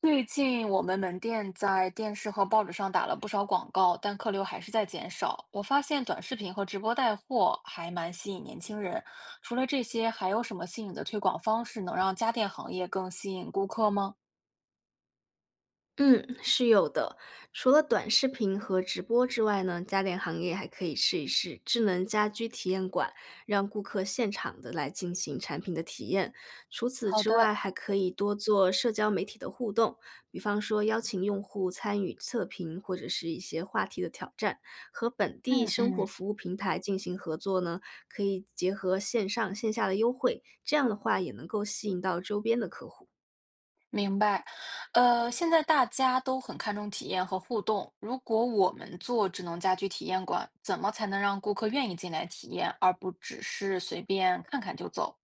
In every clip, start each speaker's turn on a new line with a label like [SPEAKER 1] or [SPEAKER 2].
[SPEAKER 1] 最近我们门店在电视和报纸上打了不少广告，但客流还是在减少。我发现短视频和直播带货还蛮吸引年轻人。除了这些，还有什么新颖的推广方式能让家电行业更吸引顾客吗？
[SPEAKER 2] 嗯，是有的。除了短视频和直播之外呢，家电行业还可以试一试智能家居体验馆，让顾客现场的来进行产品的体验。除此
[SPEAKER 1] 好
[SPEAKER 2] 之外，
[SPEAKER 1] 的，
[SPEAKER 2] 还可以多做社交媒体的互动，比方说邀请用户参与测评或者是一些话题的挑战，和本地
[SPEAKER 1] 嗯
[SPEAKER 2] 生活
[SPEAKER 1] 嗯，
[SPEAKER 2] 服务平台进行合作呢，可以结合线上线下的优惠，这样的话也能够吸引到周边的客户。
[SPEAKER 1] 明白。现在大家都很看重体验和互动。如果我们做智能家居体验馆，怎么才能让顾客愿意进来体验，而不只是随便看看就走？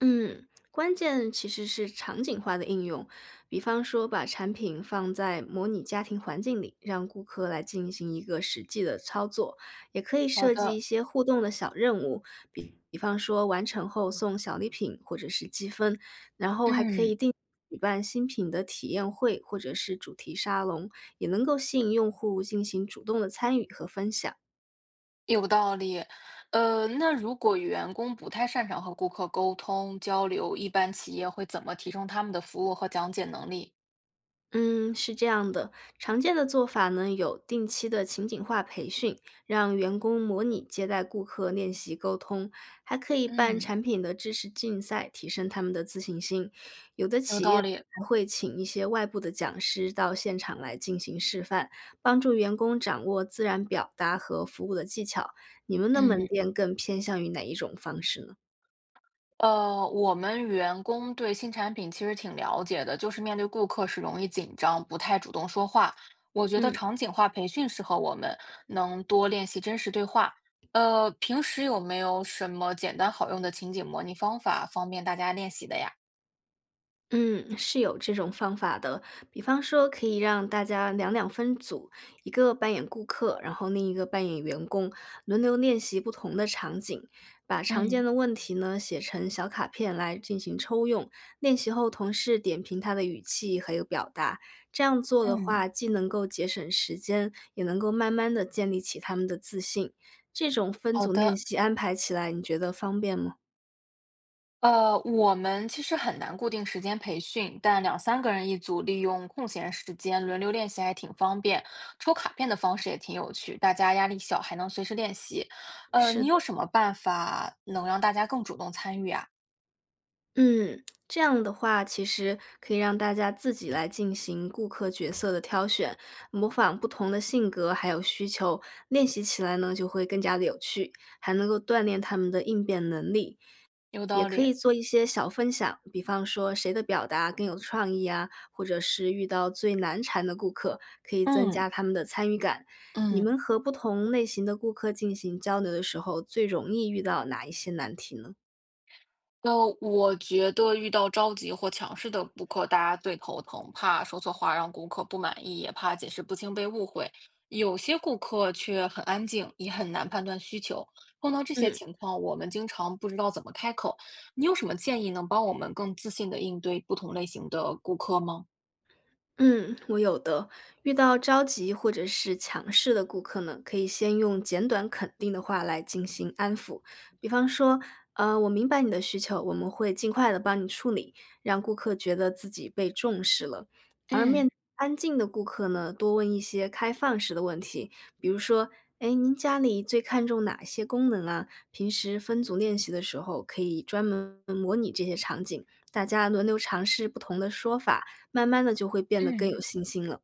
[SPEAKER 2] 嗯，关键其实是场景化的应用，比方说把产品放在模拟家庭环境里，让顾客来进行一个实际的操作，也可以
[SPEAKER 1] 好
[SPEAKER 2] 设计一
[SPEAKER 1] 的。
[SPEAKER 2] 些互动的小任务，比方说完成后送小礼品或者是积分，然后还可以
[SPEAKER 1] 嗯。
[SPEAKER 2] 定举办新品的体验会或者是主题沙龙，也能够吸引用户进行主动的参与和分享。
[SPEAKER 1] 有道理，那如果员工不太擅长和顾客沟通交流，一般企业会怎么提升他们的服务和讲解能力？
[SPEAKER 2] 嗯，是这样的，常见的做法呢有定期的情景化培训，让员工模拟接待顾客、练习沟通，还可以办
[SPEAKER 1] 嗯，
[SPEAKER 2] 产品的知识竞赛，提升他们的自信心。有的
[SPEAKER 1] 有
[SPEAKER 2] 企业
[SPEAKER 1] 道理，
[SPEAKER 2] 还会请一些外部的讲师到现场来进行示范，帮助员工掌握自然表达和服务的技巧。你们的门
[SPEAKER 1] 嗯，
[SPEAKER 2] 店更偏向于哪一种方式呢？
[SPEAKER 1] 我们员工对新产品其实挺了解的，就是面对顾客是容易紧张，不太主动说话。我觉得
[SPEAKER 2] 嗯。
[SPEAKER 1] 场景化培训适合我们，能多练习真实对话。平时有没有什么简单好用的情景模拟方法，方便大家练习的呀？
[SPEAKER 2] 嗯，是有这种方法的。比方说，可以让大家两两分组，一个扮演顾客，然后另一个扮演员工，轮流练习不同的场景，把常见
[SPEAKER 1] 嗯
[SPEAKER 2] 的问题呢写成小卡片来进行抽用。练习后，同事点评他的语气还有表达。这样做的
[SPEAKER 1] 嗯，
[SPEAKER 2] 话，既能够节省时间，也能够慢慢的建立起他们的自信。这种分
[SPEAKER 1] 好
[SPEAKER 2] 组练
[SPEAKER 1] 的。
[SPEAKER 2] 习安排起来，你觉得方便吗？
[SPEAKER 1] 我们其实很难固定时间培训，但两三个人一组，利用空闲时间轮流练习还挺方便。抽卡片的方式也挺有趣，大家压力小，还能随时练习。
[SPEAKER 2] 是
[SPEAKER 1] 你有
[SPEAKER 2] 的。
[SPEAKER 1] 什么办法能让大家更主动参与啊？
[SPEAKER 2] 嗯，这样的话，其实可以让大家自己来进行顾客角色的挑选，模仿不同的性格还有需求，练习起来呢就会更加的有趣，还能够锻炼他们的应变能力。
[SPEAKER 1] 有
[SPEAKER 2] 也
[SPEAKER 1] 道
[SPEAKER 2] 可以
[SPEAKER 1] 理。
[SPEAKER 2] 做一些小分享，比方说谁的表达更有创意啊，或者是遇到最难缠的顾客，可以增
[SPEAKER 1] 嗯。
[SPEAKER 2] 加他们的参与感。你
[SPEAKER 1] 嗯。
[SPEAKER 2] 们和不同类型的顾客进行交流的时候，最容易遇到哪一些难题呢？
[SPEAKER 1] 呃，我觉得遇到着急或强势的顾客，大家最头疼，怕说错话让顾客不满意，也怕解释不清被误会。有些顾客却很安静，也很难判断需求。碰到这些
[SPEAKER 2] 嗯。
[SPEAKER 1] 情况，我们经常不知道怎么开口。你有什么建议能帮我们更自信的应对不同类型的顾客吗？
[SPEAKER 2] 嗯，我有的。遇到着急或者是强势的顾客呢，可以先用简短肯定的话来进行安抚，比方说，我明白你的需求，我们会尽快的帮你处理，让顾客觉得自己被重视了。而面
[SPEAKER 1] 嗯
[SPEAKER 2] 对安静的顾客呢，多问一些开放式的问题，比如说，哎，您家里最看重哪些功能啊？平时分组练习的时候，可以专门模拟这些场景，大家轮流尝试不同的说法。慢慢的就会变得更有
[SPEAKER 1] 嗯，
[SPEAKER 2] 信心了。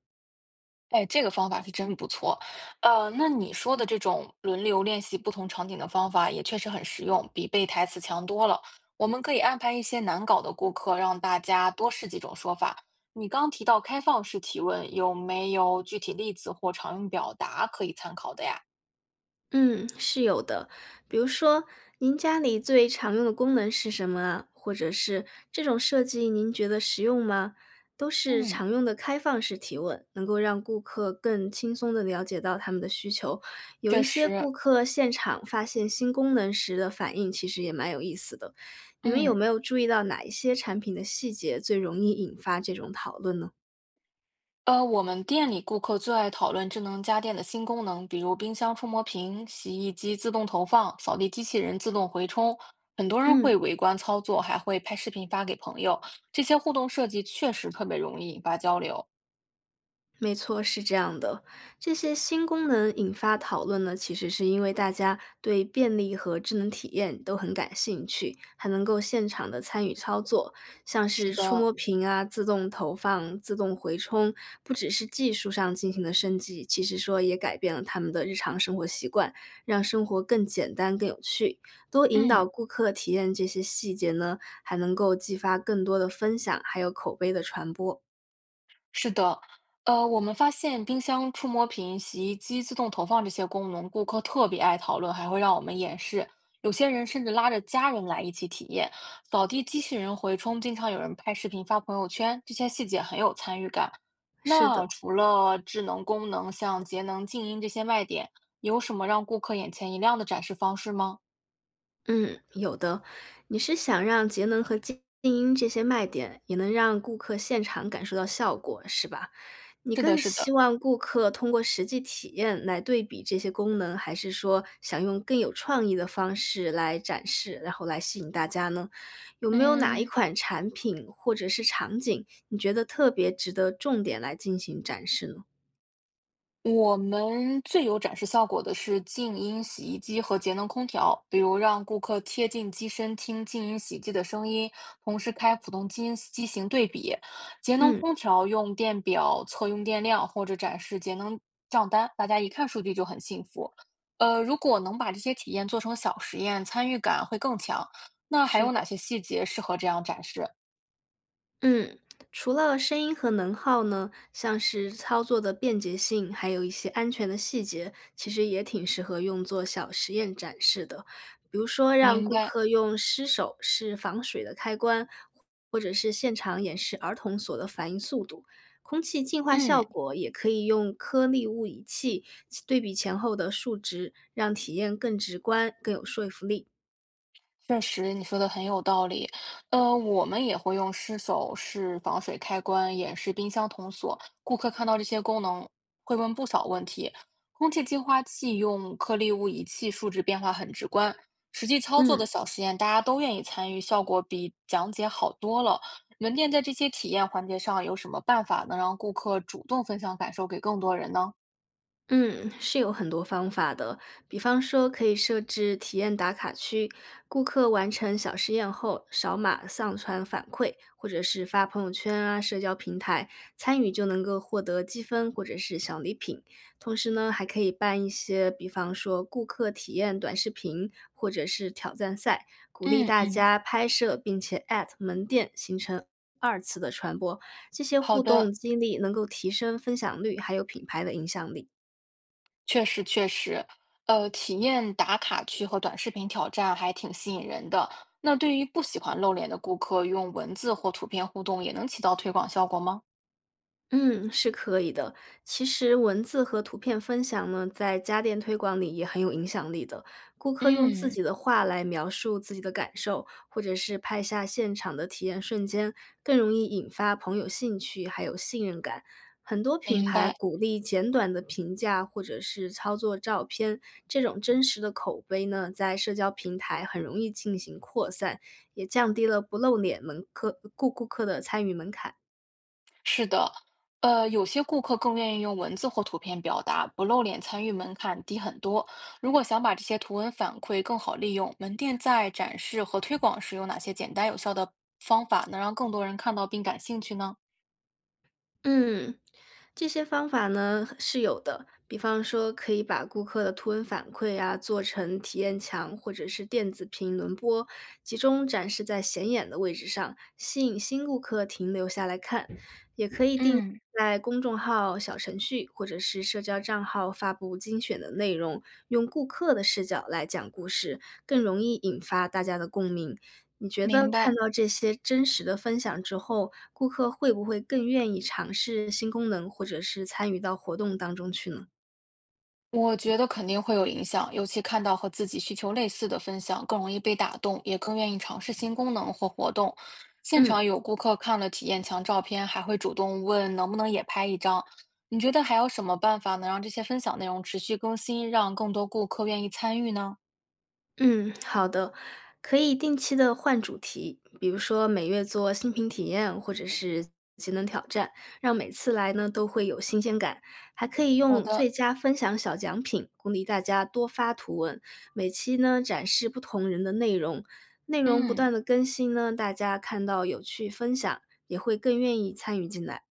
[SPEAKER 1] 哎，这个方法是真不错。那你说的这种轮流练习不同场景的方法也确实很实用，比背台词强多了。我们可以安排一些难搞的顾客，让大家多试几种说法。你刚提到开放式提问，有没有具体例子或常用表达可以参考的呀？
[SPEAKER 2] 嗯，是有的。比如说，您家里最常用的功能是什么啊？或者是这种设计您觉得实用吗？都是
[SPEAKER 1] 嗯，
[SPEAKER 2] 常用的开放式提问，能够让顾客更轻松地了解到他们的需求。有一
[SPEAKER 1] 确
[SPEAKER 2] 些
[SPEAKER 1] 实，
[SPEAKER 2] 顾客现场发现新功能时的反应，其实也蛮有意思的。你们有
[SPEAKER 1] 嗯。
[SPEAKER 2] 没有注意到哪一些产品的细节最容易引发这种讨论呢？
[SPEAKER 1] 我们店里顾客最爱讨论智能家电的新功能，比如冰箱触摸屏、洗衣机自动投放、扫地机器人自动回充。很多人
[SPEAKER 2] 嗯。
[SPEAKER 1] 会围观操作，还会拍视频发给朋友。这些互动设计确实特别容易引发交流。
[SPEAKER 2] 没错，是这样的。这些新功能引发讨论呢，其实是因为大家对便利和智能体验都很感兴趣，还能够现场的参与操作，像是
[SPEAKER 1] 是
[SPEAKER 2] 触
[SPEAKER 1] 的，
[SPEAKER 2] 摸屏啊、自动投放、自动回充，不只是技术上进行的升级，其实说也改变了他们的日常生活习惯，让生活更简单、更有趣。多引导
[SPEAKER 1] 嗯。
[SPEAKER 2] 顾客体验这些细节呢，还能够激发更多的分享，还有口碑的传播。
[SPEAKER 1] 是的，我们发现冰箱、触摸屏、洗衣机自动投放这些功能，顾客特别爱讨论，还会让我们演示。有些人甚至拉着家人来一起体验。扫地机器人回充，经常有人拍视频发朋友圈，这些细节很有参与感。
[SPEAKER 2] 是的。
[SPEAKER 1] 那除了智能功能，像节能、静音这些卖点，有什么让顾客眼前一亮的展示方式吗？
[SPEAKER 2] 嗯，有的。你是想让节能和静音这些卖点，也能让顾客现场感受到效果，是吧？你
[SPEAKER 1] 是的，
[SPEAKER 2] 更
[SPEAKER 1] 是
[SPEAKER 2] 希
[SPEAKER 1] 的，
[SPEAKER 2] 望顾客通过实际体验来对比这些功能，还是说想用更有创意的方式来展示，然后来吸引大家呢？有没有哪一
[SPEAKER 1] 嗯。
[SPEAKER 2] 款产品或者是场景，你觉得特别值得重点来进行展示呢？
[SPEAKER 1] 我们最有展示效果的是静音洗衣机和节能空调，比如让顾客贴近机身听静音洗衣机的声音，同时开普通机型对比；节能
[SPEAKER 2] 嗯，
[SPEAKER 1] 空调用电表测用电量或者展示节能账单，大家一看数据就很幸福。如果能把这些体验做成小实验，参与感会更强。那还
[SPEAKER 2] 是
[SPEAKER 1] 有哪些细节适合这样展示？
[SPEAKER 2] 嗯,除了声音和能耗呢，像是操作的便捷性，还有一些安全的细节，其实也挺适合用作小实验展示的。比如说，让
[SPEAKER 1] 明
[SPEAKER 2] 顾
[SPEAKER 1] 白，
[SPEAKER 2] 客用湿手试防水的开关，或者是现场演示儿童锁的反应速度。空气净化效
[SPEAKER 1] 嗯。
[SPEAKER 2] 果也可以用颗粒物仪器对比前后的数值，让体验更直观、更有说服力。
[SPEAKER 1] 确实，你说的很有道理。我们也会用湿手式防水开关演示冰箱童锁，顾客看到这些功能会问不少问题。空气净化器用颗粒物仪器，数值变化很直观。实际操作的
[SPEAKER 2] 嗯。
[SPEAKER 1] 小实验，大家都愿意参与，效果比讲解好多了。门店在这些体验环节上有什么办法能让顾客主动分享感受给更多人呢？
[SPEAKER 2] 嗯，是有很多方法的，比方说可以设置体验打卡区，顾客完成小实验后扫码上传反馈，或者是发朋友圈啊、社交平台，参与就能够获得积分或者是小礼品。同时呢，还可以办一些，比方说顾客体验短视频或者是挑战赛，鼓励
[SPEAKER 1] 嗯
[SPEAKER 2] 大
[SPEAKER 1] 嗯，
[SPEAKER 2] 家拍摄并且 at 门店，形成二次的传播。这些
[SPEAKER 1] 好
[SPEAKER 2] 互动
[SPEAKER 1] 的，
[SPEAKER 2] 激励能够提升分享率，还有品牌的影响力。
[SPEAKER 1] 确实确实，体验打卡区和短视频挑战还挺吸引人的。那对于不喜欢露脸的顾客，用文字或图片互动也能起到推广效果吗？
[SPEAKER 2] 嗯，是可以的。其实文字和图片分享呢，在家电推广里也很有影响力的。顾客用自
[SPEAKER 1] 嗯，
[SPEAKER 2] 己的话来描述自己的感受，或者是拍下现场的体验瞬间，更容易引发朋友兴趣，还有信任感。很多品
[SPEAKER 1] 明
[SPEAKER 2] 牌
[SPEAKER 1] 白，
[SPEAKER 2] 鼓励简短的评价或者是操作照片，这种真实的口碑呢，在社交平台很容易进行扩散，也降低了不露脸门客顾客的参与门槛。
[SPEAKER 1] 是的，有些顾客更愿意用文字或图片表达，不露脸参与门槛低很多。如果想把这些图文反馈更好利用，门店在展示和推广时有哪些简单有效的方法，能让更多人看到并感兴趣呢？
[SPEAKER 2] 嗯，这些方法呢是有的，比方说可以把顾客的图文反馈啊做成体验墙或者是电子屏轮播，集中展示在显眼的位置上，吸引新顾客停留下来看。也可以定
[SPEAKER 1] 嗯，
[SPEAKER 2] 在公众号、小程序或者是社交账号发布精选的内容，用顾客的视角来讲故事，更容易引发大家的共鸣。你觉得
[SPEAKER 1] 明
[SPEAKER 2] 看
[SPEAKER 1] 白。
[SPEAKER 2] 到这些真实的分享之后，顾客会不会更愿意尝试新功能，或者是参与到活动当中去呢？
[SPEAKER 1] 我觉得肯定会有影响，尤其看到和自己需求类似的分享，更容易被打动，也更愿意尝试新功能或活动。现
[SPEAKER 2] 嗯。
[SPEAKER 1] 场有顾客看了体验墙照片，还会主动问能不能也拍一张。你觉得还有什么办法能让这些分享内容持续更新，让更多顾客愿意参与呢？
[SPEAKER 2] 嗯，好的，可以定期的换主题，比如说每月做新品体验或者是节能挑战，让每次来呢都会有新鲜感。还可以
[SPEAKER 1] 好
[SPEAKER 2] 用
[SPEAKER 1] 的，
[SPEAKER 2] 最佳分享小奖品鼓励大家多发图文，每期呢展示不同人的内容，内容不
[SPEAKER 1] 嗯。
[SPEAKER 2] 断的更新呢，大家看到有趣分享也会更愿意参与进来。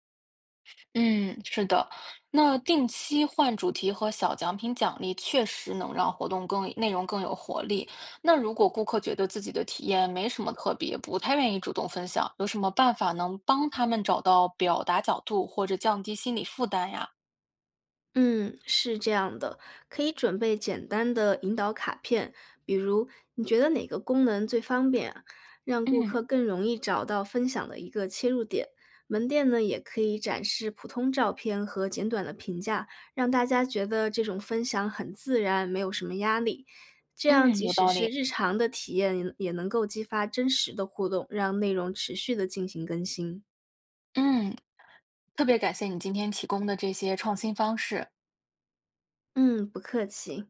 [SPEAKER 1] 嗯，是的，那定期换主题和小奖品奖励，确实能让活动更，内容更有活力。那如果顾客觉得自己的体验没什么特别，不太愿意主动分享，有什么办法能帮他们找到表达角度或者降低心理负担呀？
[SPEAKER 2] 嗯，是这样的，可以准备简单的引导卡片，比如你觉得哪个功能最方便啊让顾
[SPEAKER 1] 嗯
[SPEAKER 2] 客更容易找到分享的一个切入点。门店呢，也可以展示普通照片和简短的评价，让大家觉得这种分享很自然，没有什么压力。这样，
[SPEAKER 1] 嗯，
[SPEAKER 2] 即
[SPEAKER 1] 有
[SPEAKER 2] 使
[SPEAKER 1] 道
[SPEAKER 2] 是
[SPEAKER 1] 理。
[SPEAKER 2] 日常的体验，也能够激发真实的互动，让内容持续的进行更新。
[SPEAKER 1] 嗯，特别感谢你今天提供的这些创新方式。
[SPEAKER 2] 嗯，不客气。